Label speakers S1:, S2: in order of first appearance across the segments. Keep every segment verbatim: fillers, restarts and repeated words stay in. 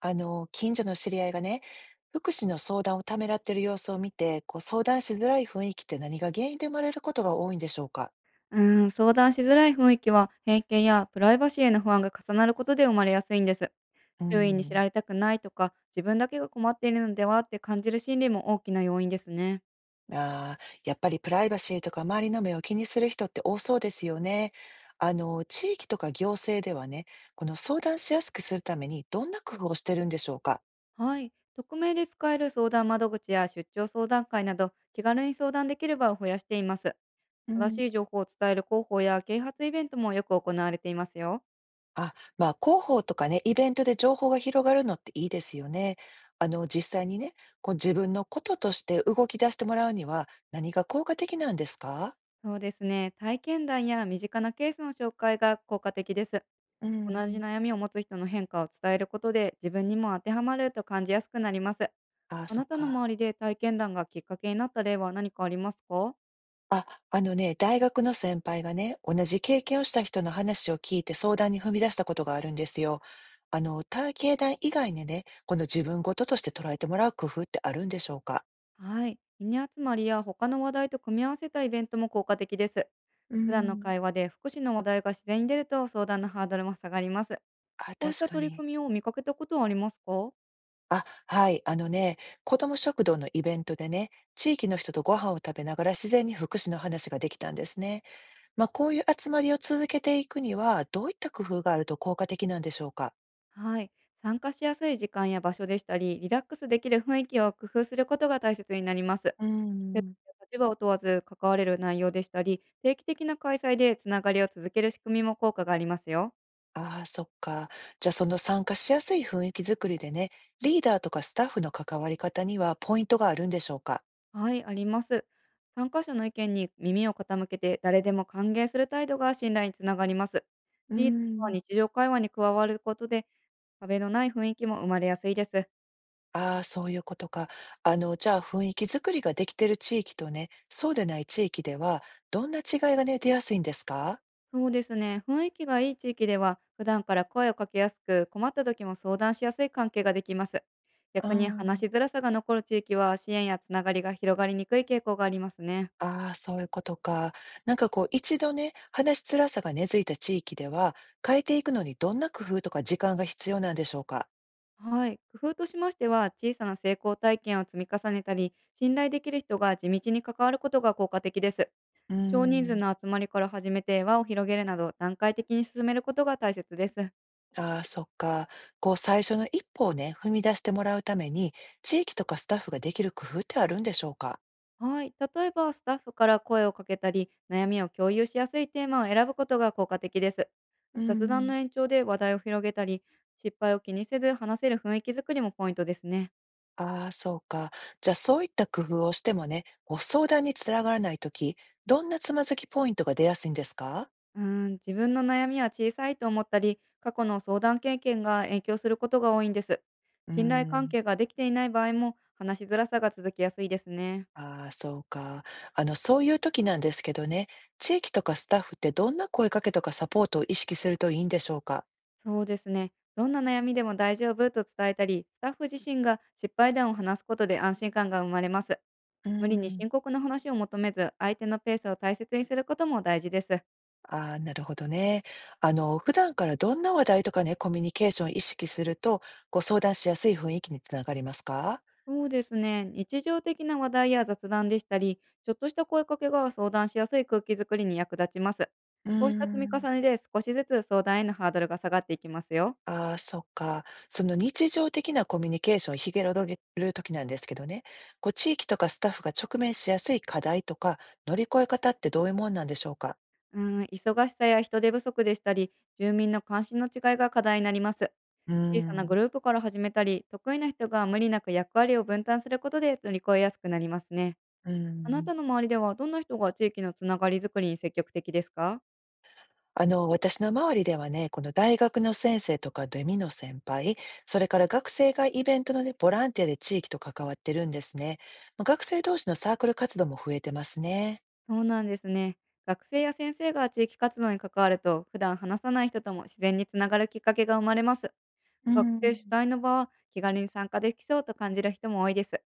S1: あの、近所の知り合いがね、福祉の相談をためらっている様子を見て、こう相談しづらい雰囲気って何が原因で生まれることが多いんでしょうか。
S2: うーん、相談しづらい雰囲気は、偏見やプライバシーへの不安が重なることで生まれやすいんです。
S1: う
S2: 周囲に知
S1: ん、
S2: られたくないとか、自分だけが困っているのではって感じる心理も大きな要因ですね。
S1: ああ、やっぱりプライバシーとか周りの目を気にする人って多そうですよね。あの、地域とか行政ではね、この相談しやすくするためにどんな工夫をしてるんでしょうか。
S2: はい。匿名で使える相談窓口や出張相談会など、気軽に相談できる場を増やしています。
S1: う
S2: 正
S1: ん、
S2: しい情報を伝える広報や啓発イベントもよく行われていますよ。
S1: あ、まあ、広報とかね、イベントで情報が広がるのっていいですよね。あの、実際にね、こう自分のこととして動き出してもらうには何が効果的なんですか。
S2: そうですね。体験談や身近なケースの紹介が効果的です。
S1: う
S2: 同じ
S1: ん。
S2: 悩みを持つ人の変化を伝えることで自分にも当てはまると感じやすくなります。
S1: ああ、
S2: あ
S1: そ
S2: な
S1: っ
S2: たの
S1: か。
S2: 周りで体験談がきっかけになった例は何かありますか？
S1: あ、あのね、大学の先輩がね、同じ経験をした人の話を聞いて相談に踏み出したことがあるんですよ。あの、体型談以外にね、この自分事として捉えてもらう工夫ってあるんでしょうか。
S2: はい。ミニ集まりや他の話題と組み合わせたイベントも効果的です。
S1: う
S2: 普段の
S1: ん。
S2: 会話で福祉の話題が自然に出ると相談のハードルも下がります。
S1: あ、
S2: こうし
S1: 確
S2: た
S1: か
S2: 取り
S1: に。
S2: 組みを見かけたことはありますか？
S1: あ、はい。あのね、子ども食堂のイベントでね、地域の人とご飯を食べながら自然に福祉の話ができたんですね。まあ、こういう集まりを続けていくには、どういった工夫があると効果的なんでしょうか。
S2: はい。参加しやすい時間や場所でしたり、リラックスできる雰囲気を工夫することが大切になります。
S1: うー
S2: で、
S1: ん、
S2: 立場を問わず関われる内容でしたり、定期的な開催でつながりを続ける仕組みも効果がありますよ。
S1: ああ、そっか。じゃあその参加しやすい雰囲気作りでね、リーダーとかスタッフの関わり方にはポイントがあるんでしょうか。
S2: はい、あります。参加者の意見に耳を傾けて誰でも歓迎する態度が信頼につながります。
S1: うー
S2: リーダーは
S1: ん、
S2: 日常会話に加わることで壁のない雰囲気も生まれやすいです。
S1: ああ、そういうことか。あの、じゃあ雰囲気作りができてる地域とね、そうでない地域では、どんな違いがね、出やすいんですか。
S2: そうですね。雰囲気がいい地域では普段から声をかけやすく、困った時も相談しやすい関係ができます。
S1: あ
S2: 逆に話
S1: ん。
S2: しづらさが残る地域は支援やつながりが広がりにくい傾向がありますね。
S1: ああ、そういうことか。なんかこう、一度ね、話しづらさが根付いた地域では、変えていくのにどんな工夫とか時間が必要なんでしょうか？
S2: はい、工夫としましては、小さな成功体験を積み重ねたり、信頼できる人が地道に関わることが効果的です。
S1: うー
S2: 少人数
S1: ん。
S2: の集まりから始めて輪を広げるなど、段階的に進めることが大切です。
S1: ああ、そっか。こう、最初の一歩をね、踏み出してもらうために、地域とかスタッフができる工夫ってあるんでしょうか？
S2: はい、例えばスタッフから声をかけたり、悩みを共有しやすいテーマを選ぶことが効果的です。
S1: うー
S2: 雑談
S1: ん。
S2: の延長で話題を広げたり、失敗を気にせず話せる雰囲気づくりもポイントですね。
S1: ああ、そうか。じゃあ、そういった工夫をしてもね、ご相談につながらないとき、どんなつまずきポイントが出やすいんですか？
S2: うーん、自分の悩みは小さいと思ったり、過去の相談経験が影響することが多いんです。
S1: うー
S2: 信頼関
S1: ん。
S2: 係ができていない場合も、話しづらさが続きやすいですね。
S1: ああ、そうか。あの、そういう時なんですけどね、地域とかスタッフってどんな声かけとかサポートを意識するといいんでしょうか。
S2: そうですね。どんな悩みでも大丈夫と伝えたり、スタッフ自身が失敗談を話すことで安心感が生まれます。
S1: う
S2: 無理に
S1: ん、
S2: 深刻な話を求めず、相手のペースを大切にすることも大事です。
S1: ああ、なるほどね。あの、普段からどんな話題とかね、コミュニケーションを意識すると、ご相談しやすい雰囲気につながりますか。
S2: そうですね。日常的な話題や雑談でしたり、ちょっとした声かけが相談しやすい空気づくりに役立ちます。
S1: う
S2: こうした積み
S1: ん、
S2: 重ねで少しずつ相談へのハードルが下がっていきますよ。
S1: ああ、そっか。その日常的なコミュニケーションを広げる時なんですけどね、こう、地域とかスタッフが直面しやすい課題とか、乗り越え方ってどういうもんなんでしょうか。
S2: うん、忙しさや人手不足でしたり、住民の関心の違いが課題になります。
S1: う
S2: 小さなグ
S1: ん、
S2: ループから始めたり、得意な人が無理なく役割を分担することで乗り越えやすくなりますね。
S1: う
S2: あな
S1: ん。
S2: たの周りではどんな人が地域のつながりづくりに積極的ですか？
S1: あの、私の周りではね、この大学の先生とかゼミの先輩、それから学生がイベントのね、ボランティアで地域と関わってるんですね。まあ学生同士のサークル活動も増えてますね。
S2: そうなんですね。学生や先生が地域活動に関わると、普段話さない人とも自然につながるきっかけが生まれます。
S1: う
S2: 学生
S1: ん、
S2: 主体の場は気軽に参加できそうと感じる人も多いです。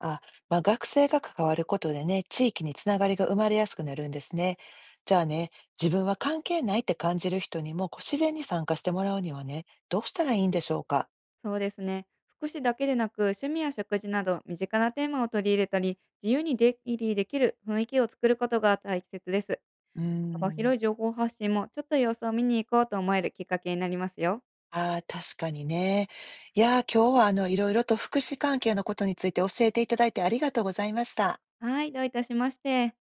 S1: あ、まあ、学生が関わることでね、地域につながりが生まれやすくなるんですね。じゃあね、自分は関係ないって感じる人にもこう自然に参加してもらうにはね、どうしたらいいんでしょうか。
S2: そうですね。福祉だけでなく、趣味や食事など身近なテーマを取り入れたり、自由に出入りできる雰囲気を作ることが大切です。
S1: う
S2: 幅
S1: ん、
S2: 広い情報発信も、ちょっと様子を見に行こうと思えるきっかけになりますよ。
S1: ああ、確かにね。いやー、今日はあの、いろいろと福祉関係のことについて教えていただいてありがとうございました。
S2: はい、どういたしまして。